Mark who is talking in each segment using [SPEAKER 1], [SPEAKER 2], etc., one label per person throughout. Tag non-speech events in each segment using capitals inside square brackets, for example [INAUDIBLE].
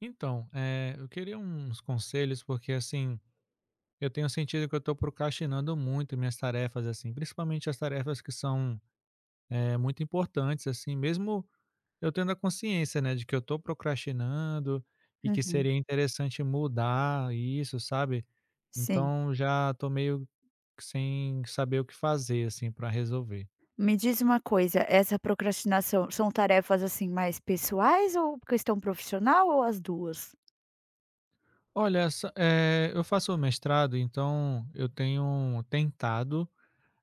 [SPEAKER 1] Então, eu queria uns conselhos, porque assim, eu tenho sentido que eu estou procrastinando muito minhas tarefas, assim, principalmente as tarefas que são muito importantes, assim, mesmo eu tendo a consciência, né, de que eu estou procrastinando e que
[SPEAKER 2] Uhum,
[SPEAKER 1] seria interessante mudar isso, sabe?
[SPEAKER 2] sim.
[SPEAKER 1] Então já estou meio que sem saber o que fazer, assim, para resolver.
[SPEAKER 2] Me diz uma coisa, essa procrastinação são tarefas, assim, mais pessoais ou questão profissional ou as 2?
[SPEAKER 1] Olha, essa- eu faço mestrado, então eu tenho tentado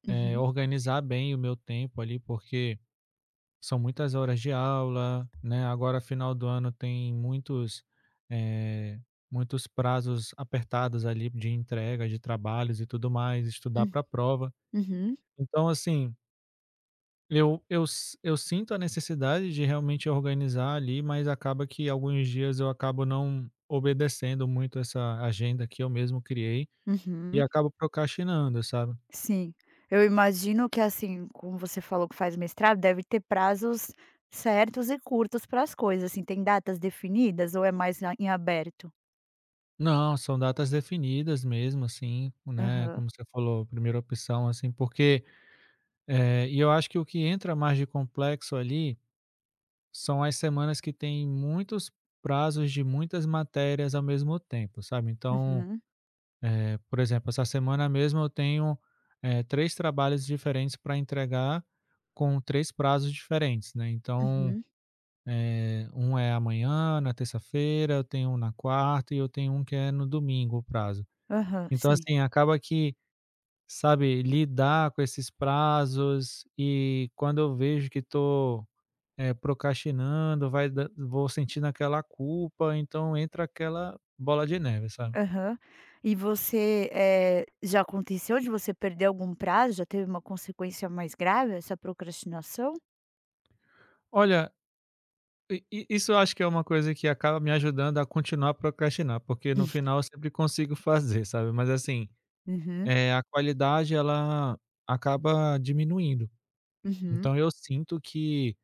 [SPEAKER 2] Uhum,
[SPEAKER 1] organizar bem o meu tempo ali, porque são muitas horas de aula, né, agora final do ano tem eh, muitos prazos apertados ali de entrega de trabalhos e tudo mais, estudar
[SPEAKER 2] hum,
[SPEAKER 1] para a prova.
[SPEAKER 2] uhum,
[SPEAKER 1] Então assim, eu sinto a necessidade de realmente organizar ali, mas acaba que alguns dias eu acabo não obedecendo muito essa agenda que eu mesmo criei, e
[SPEAKER 2] uhum.
[SPEAKER 1] acabo procrastinando, sabe.
[SPEAKER 2] Sim, eu imagino que, assim, como você falou que faz mestrado, deve ter prazos certos e curtos para as coisas, assim, tem datas definidas ou é mais a em aberto?
[SPEAKER 1] Não, são datas definidas mesmo, assim, né,
[SPEAKER 2] Aham,
[SPEAKER 1] como você falou, primeira opção, assim, porque é, e eu acho que o que entra mais de complexo ali são as semanas que tem muitos prazos de muitas matérias ao mesmo tempo, sabe? Então,
[SPEAKER 2] uhum,
[SPEAKER 1] por exemplo, essa semana mesmo eu tenho três trabalhos diferentes para entregar com três prazos diferentes, né? Então,
[SPEAKER 2] uhum,
[SPEAKER 1] um é amanhã, na terça-feira, eu tenho um na quarta e eu tenho um que é no domingo o prazo.
[SPEAKER 2] aham,
[SPEAKER 1] Então,
[SPEAKER 2] sim,
[SPEAKER 1] assim, acaba que, sabe, lidar com esses prazos e quando eu vejo que estou procrastinando, vai da vou sentindo aquela culpa, então entra aquela bola de neve, sabe.
[SPEAKER 2] aham. E você, já aconteceu de você perder algum prazo? Já teve uma consequência mais grave essa procrastinação?
[SPEAKER 1] Olha, i i isso eu acho que é uma coisa que acaba me ajudando a continuar a procrastinar, porque no final eu sempre consigo [LAUGHS] fazer, sabe. Mas assim,
[SPEAKER 2] Uhum,
[SPEAKER 1] a qualidade ela acaba diminuindo.
[SPEAKER 2] uhum,
[SPEAKER 1] Então eu sinto que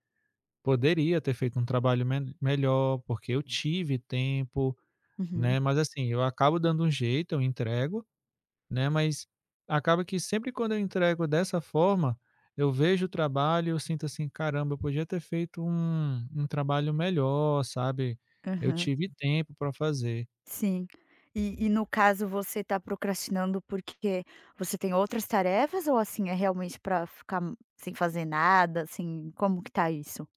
[SPEAKER 1] poderia ter feito um trabalho me melhor, porque eu tive tempo,
[SPEAKER 2] uhum,
[SPEAKER 1] né, mas assim, eu acabo dando um jeito, eu entrego, né, mas acaba que sempre quando eu entrego dessa forma, eu vejo o trabalho, eu sinto assim: "Caramba, eu podia ter feito um trabalho melhor, sabe, eu
[SPEAKER 2] aham.
[SPEAKER 1] tive tempo para fazer".
[SPEAKER 2] Sim. E no caso você está procrastinando porque você tem outras tarefas ou, assim, é realmente para ficar sem fazer nada, assim, como que tá isso?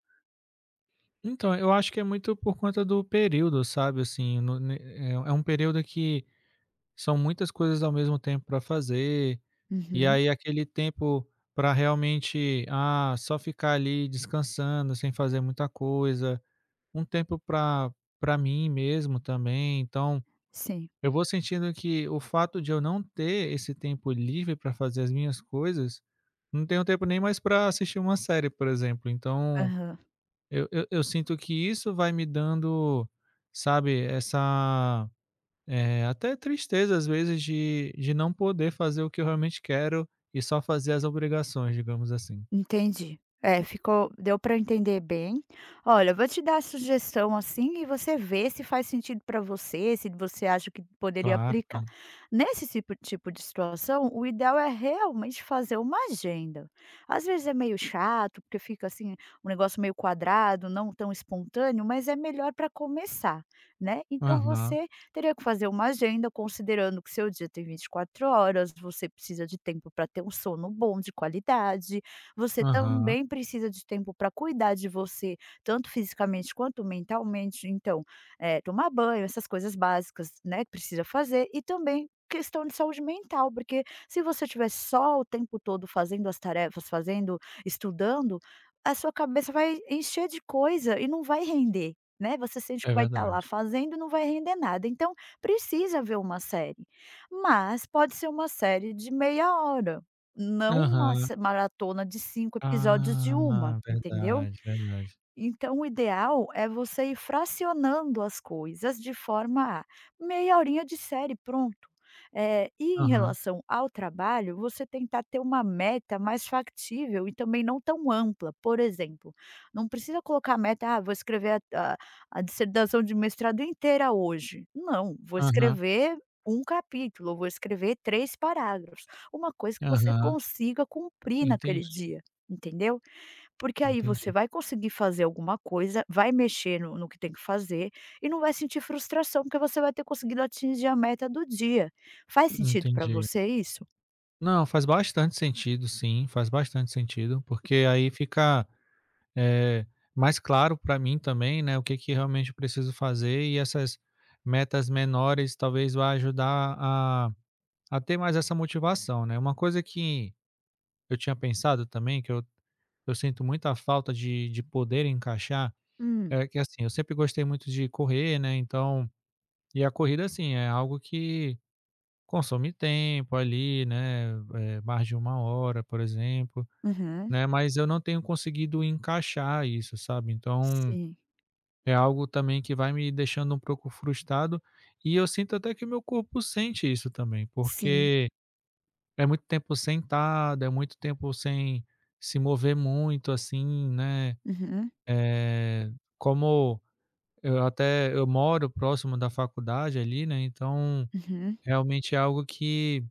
[SPEAKER 1] Então, eu acho que é muito por conta do período, sabe, assim, no ne é um período que são muitas coisas ao mesmo tempo para fazer, e
[SPEAKER 2] Uhum.
[SPEAKER 1] aí aquele tempo para realmente, ah, só ficar ali descansando sem fazer muita coisa, um tempo para para mim mesmo também, então
[SPEAKER 2] Sim.
[SPEAKER 1] eu vou sentindo que o fato de eu não ter esse tempo livre para fazer as minhas coisas, não tenho tempo nem mais para assistir uma série, por exemplo. Então
[SPEAKER 2] Aham.
[SPEAKER 1] eu sinto que isso vai me dando, sabe, essa, até tristeza às vezes de não poder fazer o que eu realmente quero e só fazer as obrigações, digamos assim.
[SPEAKER 2] Entendi. É, ficou deu para entender bem. Olha, eu vou te dar a sugestão, assim, e você vê se faz sentido para você, se você acha que poderia
[SPEAKER 1] Claro,
[SPEAKER 2] aplicar.
[SPEAKER 1] claro.
[SPEAKER 2] Nesse tipo de situação, o ideal é realmente fazer uma agenda. Às vezes é meio chato, porque fica, assim, um negócio meio quadrado, não tão espontâneo, mas é melhor para começar, né. Então
[SPEAKER 1] Aham,
[SPEAKER 2] você teria que fazer uma agenda, considerando que seu dia tem 24 horas, você precisa de tempo para ter um sono bom, de qualidade, você
[SPEAKER 1] aham.
[SPEAKER 2] também precisa de tempo para cuidar de você, tanto fisicamente quanto mentalmente. Então, tomar banho, essas coisas básicas, né, que precisa fazer e também questão de saúde mental, porque se você estiver só o tempo todo fazendo as tarefas, fazendo estudando, a sua cabeça vai encher de coisa e não vai render, né, você sente
[SPEAKER 1] É
[SPEAKER 2] que vai estar lá
[SPEAKER 1] verdade.
[SPEAKER 2] fazendo e não vai render nada, então precisa ver uma série, mas pode ser uma série de meia hora. Não uma
[SPEAKER 1] Aham.
[SPEAKER 2] se maratona de 5 episódios de uma,
[SPEAKER 1] Ah,
[SPEAKER 2] entendeu?
[SPEAKER 1] verdade, verdade.
[SPEAKER 2] Então o ideal é você ir fracionando as coisas de forma a meia horinha de série, pronto. E em
[SPEAKER 1] Aham,
[SPEAKER 2] relação ao trabalho, você tentar ter uma meta mais factível e também não tão ampla. Por exemplo, não precisa colocar a meta: "Ah, vou escrever a dissertação de mestrado inteira hoje". Não, vou
[SPEAKER 1] aham,
[SPEAKER 2] escrever um capítulo, vou escrever 3 parágrafos, uma coisa que você
[SPEAKER 1] aham.
[SPEAKER 2] consiga cumprir naquele
[SPEAKER 1] Entendi,
[SPEAKER 2] dia, entendeu? Porque aí você
[SPEAKER 1] entendi,
[SPEAKER 2] vai conseguir fazer alguma coisa, vai mexer no que tem que fazer e não vai sentir frustração, porque você vai ter conseguido atingir a meta do dia. Faz sentido para
[SPEAKER 1] entendi.
[SPEAKER 2] você isso?
[SPEAKER 1] Não, faz bastante sentido sim, faz bastante sentido, porque aí fica, eh, mais claro para mim também, né, o que que realmente eu preciso fazer e essas metas menores talvez vá ajudar a ter mais essa motivação, né. Uma coisa que eu tinha pensado também, que eu sinto muita falta de poder encaixar.
[SPEAKER 2] Hum,
[SPEAKER 1] É que assim, eu sempre gostei muito de correr, né, então e a corrida, assim, é algo que consome tempo ali, né, mais de uma hora, por exemplo,
[SPEAKER 2] uhum.
[SPEAKER 1] né, mas eu não tenho conseguido encaixar isso, sabe, então
[SPEAKER 2] Sim,
[SPEAKER 1] é algo também que vai me deixando um pouco frustrado e eu sinto até que o meu corpo sente isso também,
[SPEAKER 2] sim.
[SPEAKER 1] porque é muito tempo sentado, é muito tempo sem se mover muito, assim, né,
[SPEAKER 2] Uhum,
[SPEAKER 1] eh, como Eu moro próximo da faculdade ali, né, então
[SPEAKER 2] uhum.
[SPEAKER 1] realmente é algo que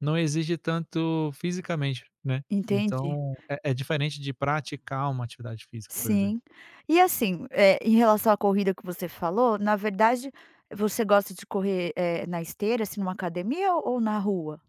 [SPEAKER 1] não exige tanto fisicamente, né.
[SPEAKER 2] Entendi.
[SPEAKER 1] Então é diferente de praticar uma atividade física, por
[SPEAKER 2] Sim.
[SPEAKER 1] exemplo.
[SPEAKER 2] E assim, em relação à corrida que você falou, na verdade, você gosta de correr, na esteira, assim, numa academia ou na rua?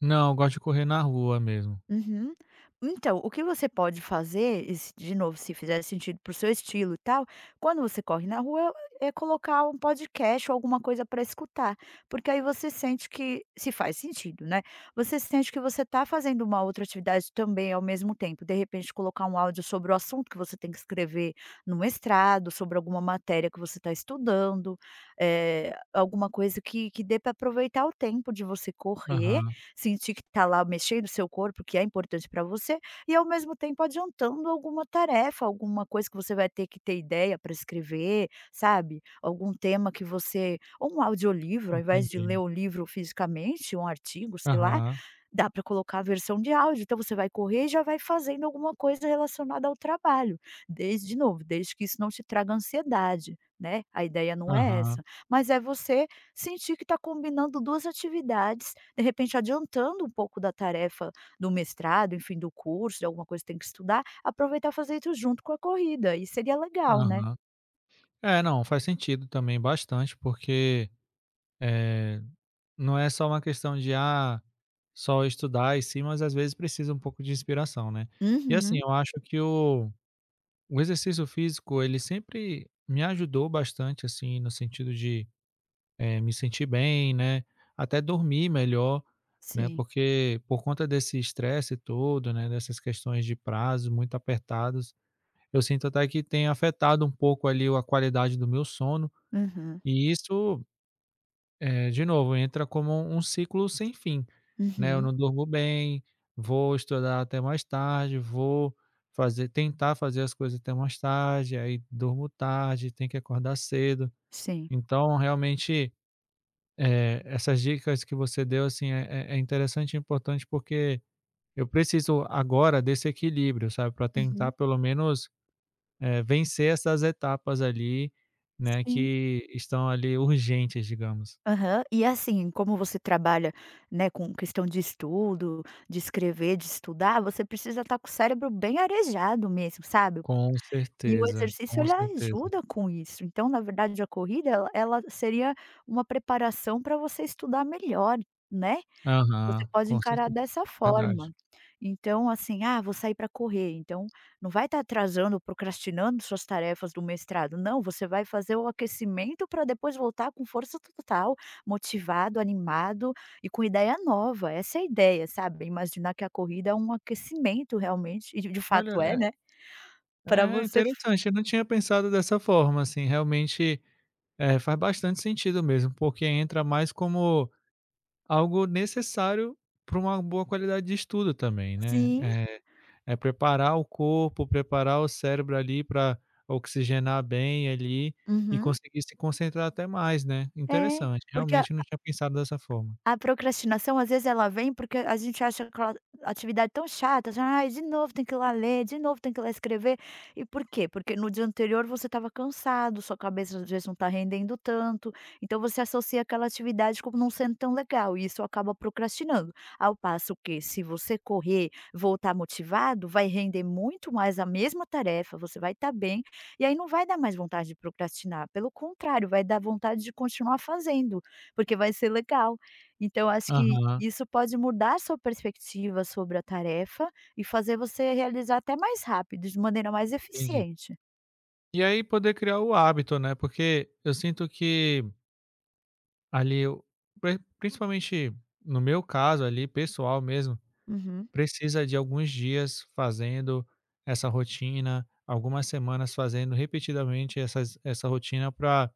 [SPEAKER 1] Não, eu gosto de correr na rua mesmo.
[SPEAKER 2] Uhum. Então, o que você pode fazer, e de novo, se fizer sentido pro seu estilo e tal, quando você corre na rua, é colocar um podcast ou alguma coisa para escutar, porque aí você sente que, se faz sentido, né? Você sente que você tá fazendo uma outra atividade também ao mesmo tempo. De repente, colocar um áudio sobre o assunto que você tem que escrever no mestrado, sobre alguma matéria que você está estudando, alguma coisa que dê para aproveitar o tempo de você correr,
[SPEAKER 1] Aham,
[SPEAKER 2] sentir que está lá mexendo o seu corpo, que é importante para você, e ao mesmo tempo adiantando alguma tarefa, alguma coisa que você vai ter que ter ideia para escrever, sabe? Algum tema que você ou um audiolivro, ao invés de ler
[SPEAKER 1] entendi.
[SPEAKER 2] o livro fisicamente, um artigo, sei lá,
[SPEAKER 1] Aham,
[SPEAKER 2] dá para colocar a versão de áudio, então você vai correr e já vai fazendo alguma coisa relacionada ao trabalho, desde de novo, desde que isso não te traga ansiedade, né? A ideia não é
[SPEAKER 1] aham,
[SPEAKER 2] essa, mas é você sentir que está combinando 2 atividades, de repente adiantando um pouco da tarefa do mestrado, enfim, do curso, de alguma coisa que tem que estudar, aproveitar e fazer isso junto com a corrida, e seria legal, né.
[SPEAKER 1] aham. É, não, faz sentido também bastante, porque, eh, não é só uma questão de, ah, só estudar e sim, mas às vezes precisa um pouco de inspiração, né. E assim,
[SPEAKER 2] Uhum,
[SPEAKER 1] eu acho que o exercício físico, ele sempre me ajudou bastante, assim, no sentido de, me sentir bem, né, até dormir melhor, né,
[SPEAKER 2] sim.
[SPEAKER 1] porque por conta desse estresse todo, né, dessas questões de prazo muito apertados, eu sinto até que tem afetado um pouco ali a qualidade do meu sono,
[SPEAKER 2] Uhum,
[SPEAKER 1] e isso de novo, entra como um ciclo sem fim, né, eu
[SPEAKER 2] uhum,
[SPEAKER 1] não durmo bem, vou estudar até mais tarde, vou fazer tentar fazer as coisas até mais tarde, aí durmo tarde, tem que acordar cedo.
[SPEAKER 2] sim.
[SPEAKER 1] Então realmente, essas dicas que você deu, assim, é interessante e importante, porque eu preciso agora desse equilíbrio, sabe, para tentar
[SPEAKER 2] Uhum,
[SPEAKER 1] pelo menos, vencer essas etapas ali, né,
[SPEAKER 2] sim.
[SPEAKER 1] que estão ali urgentes, digamos.
[SPEAKER 2] Aham. E assim, como você trabalha, né, com questão de estudo, de escrever, de estudar, você precisa estar com o cérebro bem arejado mesmo, sabe.
[SPEAKER 1] Com
[SPEAKER 2] E o
[SPEAKER 1] certeza,
[SPEAKER 2] exercício
[SPEAKER 1] com
[SPEAKER 2] ele
[SPEAKER 1] certeza.
[SPEAKER 2] ajuda com isso, então na verdade a corrida ela seria uma preparação para você estudar melhor, né, você
[SPEAKER 1] Aham,
[SPEAKER 2] pode
[SPEAKER 1] com
[SPEAKER 2] encarar
[SPEAKER 1] certeza.
[SPEAKER 2] dessa forma.
[SPEAKER 1] Verdade.
[SPEAKER 2] Então assim, ah, vou sair para correr, então não vai estar atrasando, procrastinando suas tarefas do mestrado, não, você vai fazer o aquecimento para depois voltar com força total, motivado, animado e com ideia nova, essa é a ideia, sabe, imaginar que a corrida é um aquecimento realmente, e de
[SPEAKER 1] Olha,
[SPEAKER 2] fato é,
[SPEAKER 1] é
[SPEAKER 2] né, para
[SPEAKER 1] é
[SPEAKER 2] você.
[SPEAKER 1] interessante, eu não tinha pensado dessa forma, assim, realmente, faz bastante sentido mesmo, porque entra mais como algo necessário para uma boa qualidade de estudo também, né.
[SPEAKER 2] Sim.
[SPEAKER 1] É preparar o corpo, preparar o cérebro ali para oxigenar bem ali e
[SPEAKER 2] Uhum.
[SPEAKER 1] conseguir se concentrar até mais, né.
[SPEAKER 2] É.
[SPEAKER 1] Interessante,
[SPEAKER 2] Porque a
[SPEAKER 1] realmente eu não tinha pensado dessa forma.
[SPEAKER 2] A procrastinação, às vezes, ela vem porque a gente acha aquela atividade tão chata, já, "Ai, de novo tem que ir lá ler, de novo tem que ir lá escrever". E por quê? Porque no dia anterior você estava cansado, sua cabeça às vezes não está rendendo tanto, então você associa aquela atividade como não sendo tão legal, e isso acaba procrastinando. Ao passo que, se você correr, voltar motivado, vai render muito mais a mesma tarefa, você vai estar bem, e aí não vai dar mais vontade de procrastinar, pelo contrário, vai dar vontade de continuar fazendo, porque vai ser legal. Então, eu acho que
[SPEAKER 1] Aham,
[SPEAKER 2] isso pode mudar sua perspectiva sobre a tarefa e fazer você realizar até mais rápido, de maneira mais
[SPEAKER 1] entendi.
[SPEAKER 2] eficiente.
[SPEAKER 1] E aí poder criar o hábito, né, porque eu sinto que ali eu principalmente no meu caso ali, pessoal mesmo,
[SPEAKER 2] Uhum.
[SPEAKER 1] precisa de alguns dias fazendo essa rotina, algumas semanas fazendo repetidamente essa rotina para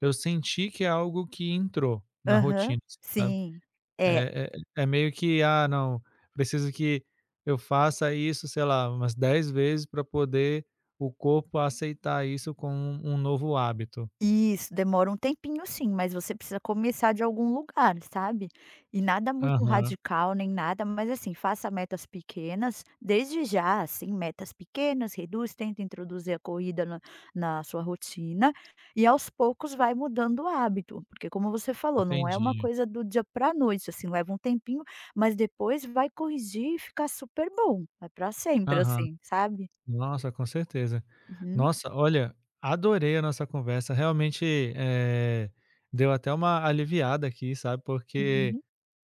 [SPEAKER 1] eu sentir que é algo que entrou na
[SPEAKER 2] Aham,
[SPEAKER 1] rotina, assim, sabe.
[SPEAKER 2] sim. É.
[SPEAKER 1] É é meio que: "Ah, não, preciso que eu faça isso, sei lá, umas 10 vezes para poder o corpo aceitar isso como um novo hábito".
[SPEAKER 2] Isso, demora um tempinho sim, mas você precisa começar de algum lugar, sabe. E nada muito
[SPEAKER 1] Aham,
[SPEAKER 2] radical nem nada, mas assim, faça metas pequenas, desde já, assim, metas pequenas, reduz, tenta introduzir a corrida na, na sua rotina, e aos poucos vai mudando o hábito, porque como você falou, não é uma
[SPEAKER 1] entendi.
[SPEAKER 2] coisa do dia para noite, assim, leva um tempinho, mas depois vai corrigir e ficar super bom, vai para sempre,
[SPEAKER 1] Aham.
[SPEAKER 2] assim, sabe.
[SPEAKER 1] Nossa, com certeza.
[SPEAKER 2] Uhum,
[SPEAKER 1] Nossa, olha, adorei a nossa conversa, realmente, eh, deu até uma aliviada aqui, sabe, porque,
[SPEAKER 2] uhum.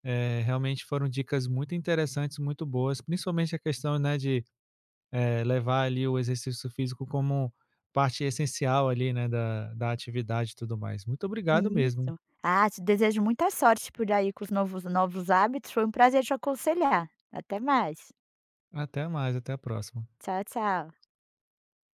[SPEAKER 1] realmente foram dicas muito interessantes, muito boas, principalmente a questão, né, de, levar ali o exercício físico como parte essencial ali, né, da atividade e tudo mais. Muito obrigado mesmo.
[SPEAKER 2] Isso. Ah, te desejo muita sorte por aí com os novos hábitos, foi um prazer te aconselhar. Até mais.
[SPEAKER 1] Até mais, até a próxima.
[SPEAKER 2] Tchau, tchau.